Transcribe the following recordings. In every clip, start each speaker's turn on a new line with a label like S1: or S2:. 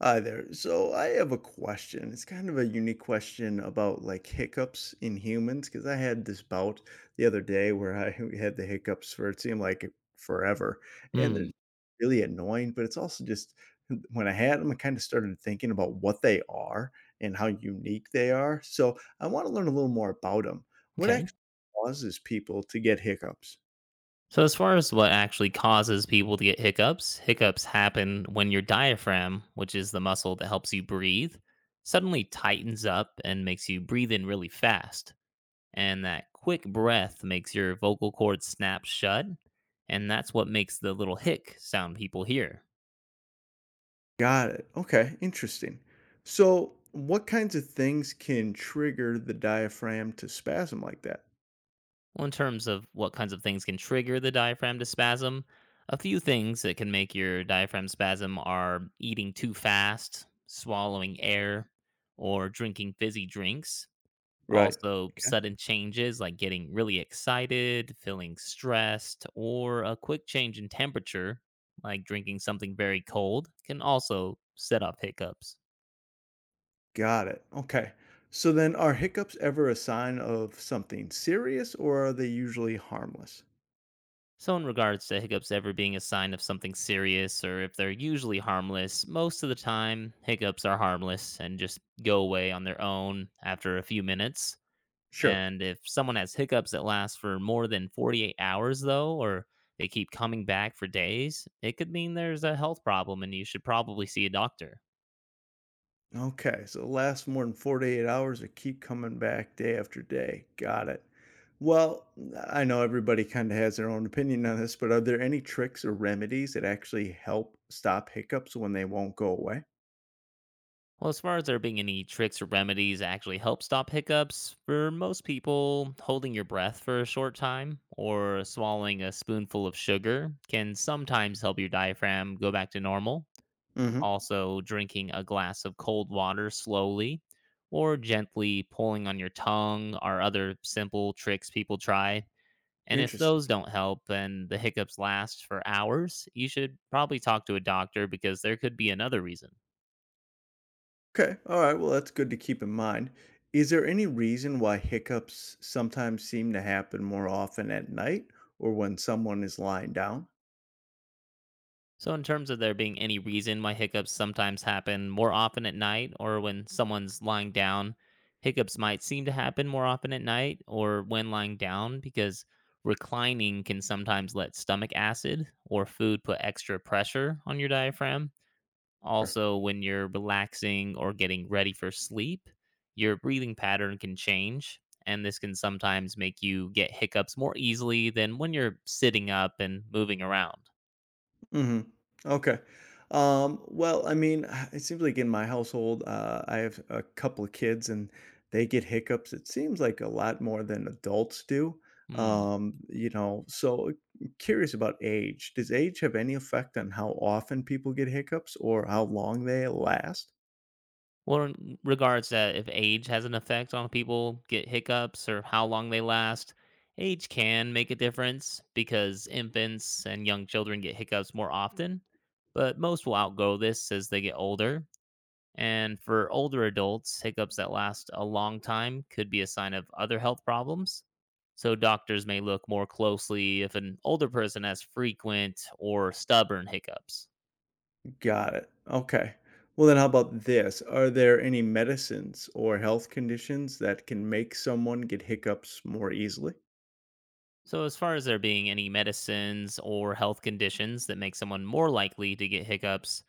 S1: Hi there. So I have a question. It's kind of a unique question about like hiccups in humans because I had this bout the other day where I had the hiccups for it seemed like forever, and they're
S2: Mm,
S1: really annoying. But it's also just when I had them, I kind of started thinking about what they are and how unique they are. So I want to learn a little more about them. What
S2: okay.
S1: actually causes people to get hiccups?
S2: So, as far as what actually causes people to get hiccups, hiccups happen when your diaphragm, which is the muscle that helps you breathe, suddenly tightens up and makes you breathe in really fast. And that quick breath makes your vocal cords snap shut. And that's what makes the little hic sound people hear.
S1: Got it. Okay, interesting. So, what kinds of things can trigger the diaphragm to spasm like that?
S2: Well, in terms of what kinds of things can trigger the diaphragm to spasm, a few things that can make your diaphragm spasm are eating too fast, swallowing air, or drinking fizzy drinks.
S1: Right.
S2: Also,
S1: Okay.
S2: sudden changes like getting really excited, feeling stressed, or a quick change in temperature, like drinking something very cold, can also set off hiccups.
S1: Got it. Okay. So then are hiccups ever a sign of something serious or are they usually harmless?
S2: So, in regards to hiccups ever being a sign of something serious or if they're usually harmless, most of the time hiccups are harmless and just go away on their own after a few minutes.
S1: Sure.
S2: And if someone has hiccups that last for more than 48 hours, though, or they keep coming back for days, it could mean there's a health problem and you should probably see a doctor.
S1: Okay. So last more than 48 hours or keep coming back day after day. Got it. Well, I know everybody kind of has their own opinion on this, but are there any tricks or remedies that actually help stop hiccups when they won't go away?
S2: Well, as far as there being any tricks or remedies that actually help stop hiccups, for most people, holding your breath for a short time or swallowing a spoonful of sugar can sometimes help your diaphragm go back to normal.
S1: Hmm.
S2: Also, drinking a glass of cold water slowly or gently pulling on your tongue are other simple tricks people try. And if
S1: Interesting.
S2: those don't help and the hiccups last for hours, you should probably talk to a doctor because there could be another reason.
S1: Okay. All right. Well, that's good to keep in mind. Is there any reason why hiccups sometimes seem to happen more often at night or when someone is lying down?
S2: So, in terms of there being any reason why hiccups sometimes happen more often at night or when someone's lying down, hiccups might seem to happen more often at night or when lying down because reclining can sometimes let stomach acid or food put extra pressure on your diaphragm. Also, when you're relaxing or getting ready for sleep, your breathing pattern can change. And this can sometimes make you get hiccups more easily than when you're sitting up and moving around.
S1: Hmm. Okay. Well, I mean, it seems like in my household, I have a couple of kids and they get hiccups. It seems like a lot more than adults do.
S2: Hmm.
S1: So curious about age. Does age have any effect on how often people get hiccups or how long they last?
S2: Well, in regards that if age has an effect on people get hiccups or how long they last, age can make a difference because infants and young children get hiccups more often, but most will outgrow this as they get older. And for older adults, hiccups that last a long time could be a sign of other health problems. So doctors may look more closely if an older person has frequent or stubborn hiccups.
S1: Got it. Okay. Well, then how about this? Are there any medicines or health conditions that can make someone get hiccups more easily?
S2: So, as far as there being any medicines or health conditions that make someone more likely to get hiccups,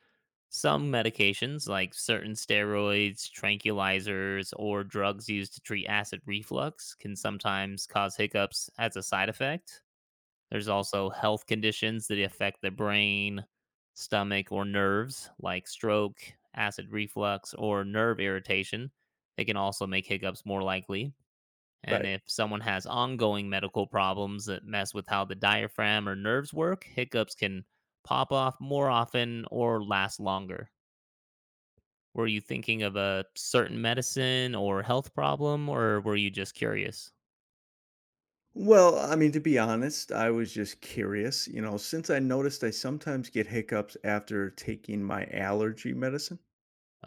S2: some medications, like certain steroids, tranquilizers, or drugs used to treat acid reflux, can sometimes cause hiccups as a side effect. There's also health conditions that affect the brain, stomach, or nerves, like stroke, acid reflux, or nerve irritation. They can also make hiccups more likely. And
S1: Right.
S2: if someone has ongoing medical problems that mess with how the diaphragm or nerves work, hiccups can pop off more often or last longer. Were you thinking of a certain medicine or health problem, or were you just curious?
S1: Well, I mean, to be honest, I was just curious, since I noticed I sometimes get hiccups after taking my allergy medicine.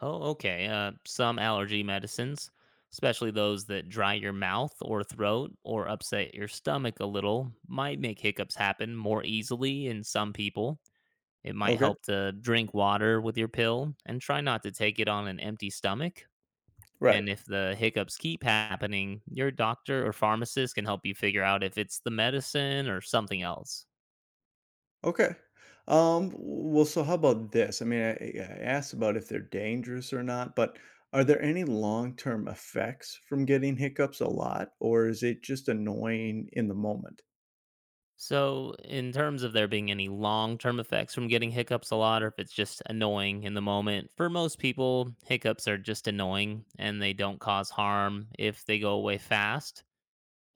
S2: Oh, okay. Some allergy medicines, especially those that dry your mouth or throat or upset your stomach a little, might make hiccups happen more easily in some people. It might
S1: Okay.
S2: help to drink water with your pill and try not to take it on an empty stomach.
S1: Right.
S2: And if the hiccups keep happening, your doctor or pharmacist can help you figure out if it's the medicine or something else.
S1: Okay. Um, well, so how about this? I mean, I asked about if they're dangerous or not, but are there any long-term effects from getting hiccups a lot, or is it just annoying in the moment?
S2: So, in terms of there being any long term effects from getting hiccups a lot, or if it's just annoying in the moment, for most people, hiccups are just annoying and they don't cause harm if they go away fast.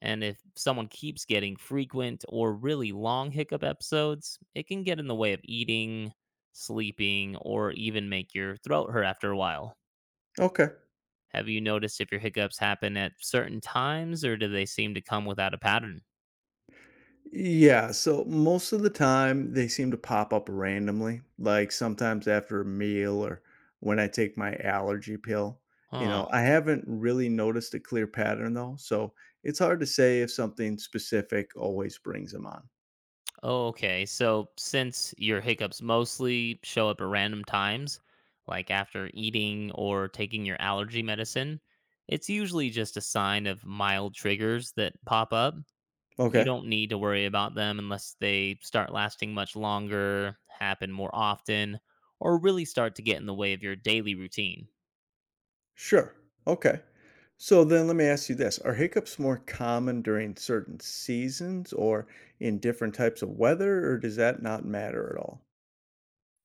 S2: And if someone keeps getting frequent or really long hiccup episodes, it can get in the way of eating, sleeping, or even make your throat hurt after a while.
S1: Okay.
S2: Have you noticed if your hiccups happen at certain times or do they seem to come without a pattern?
S1: Yeah, so most of the time they seem to pop up randomly, like sometimes after a meal or when I take my allergy pill. You
S2: Huh.
S1: know, I haven't really noticed a clear pattern though, so it's hard to say if something specific always brings them on.
S2: Okay. So, since your hiccups mostly show up at random times, like after eating or taking your allergy medicine, it's usually just a sign of mild triggers that pop up. You
S1: Okay.
S2: don't need to worry about them unless they start lasting much longer, happen more often, or really start to get in the way of your daily routine.
S1: Sure. Okay. So then let me ask you this. Are hiccups more common during certain seasons or in different types of weather, or does that not matter at all?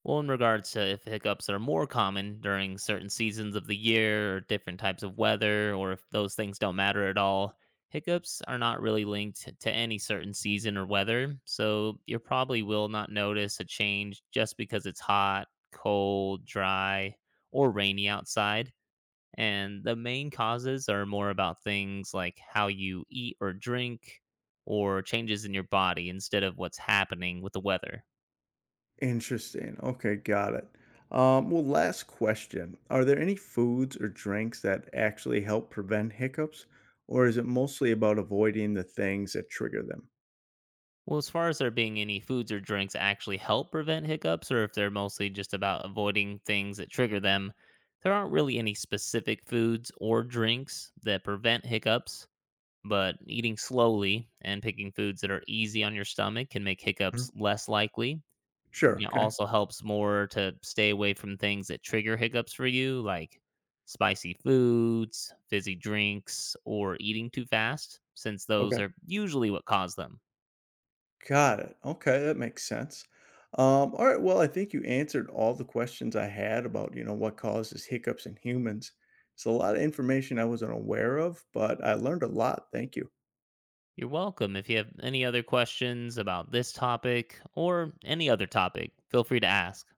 S2: Well, in regards to if hiccups are more common during certain seasons of the year or different types of weather, or if those things don't matter at all, hiccups are not really linked to any certain season or weather. So you probably will not notice a change just because it's hot, cold, dry, or rainy outside. And the main causes are more about things like how you eat or drink or changes in your body instead of what's happening with the weather.
S1: Interesting. Okay, got it. Well, last question. Are there any foods or drinks that actually help prevent hiccups, or is it mostly about avoiding the things that trigger them?
S2: Well, as far as there being any foods or drinks that actually help prevent hiccups or if they're mostly just about avoiding things that trigger them, there aren't really any specific foods or drinks that prevent hiccups, but eating slowly and picking foods that are easy on your stomach can make hiccups
S1: Mhm.
S2: less likely,
S1: Sure.
S2: and it
S1: Okay.
S2: also helps more to stay away from things that trigger hiccups for you, like spicy foods, fizzy drinks, or eating too fast, since those
S1: Okay.
S2: are usually what cause them.
S1: Got it. Okay, that makes sense. All right. Well, I think you answered all the questions I had about what causes hiccups in humans. It's a lot of information I wasn't aware of, but I learned a lot. Thank you.
S2: You're welcome. If you have any other questions about this topic or any other topic, feel free to ask.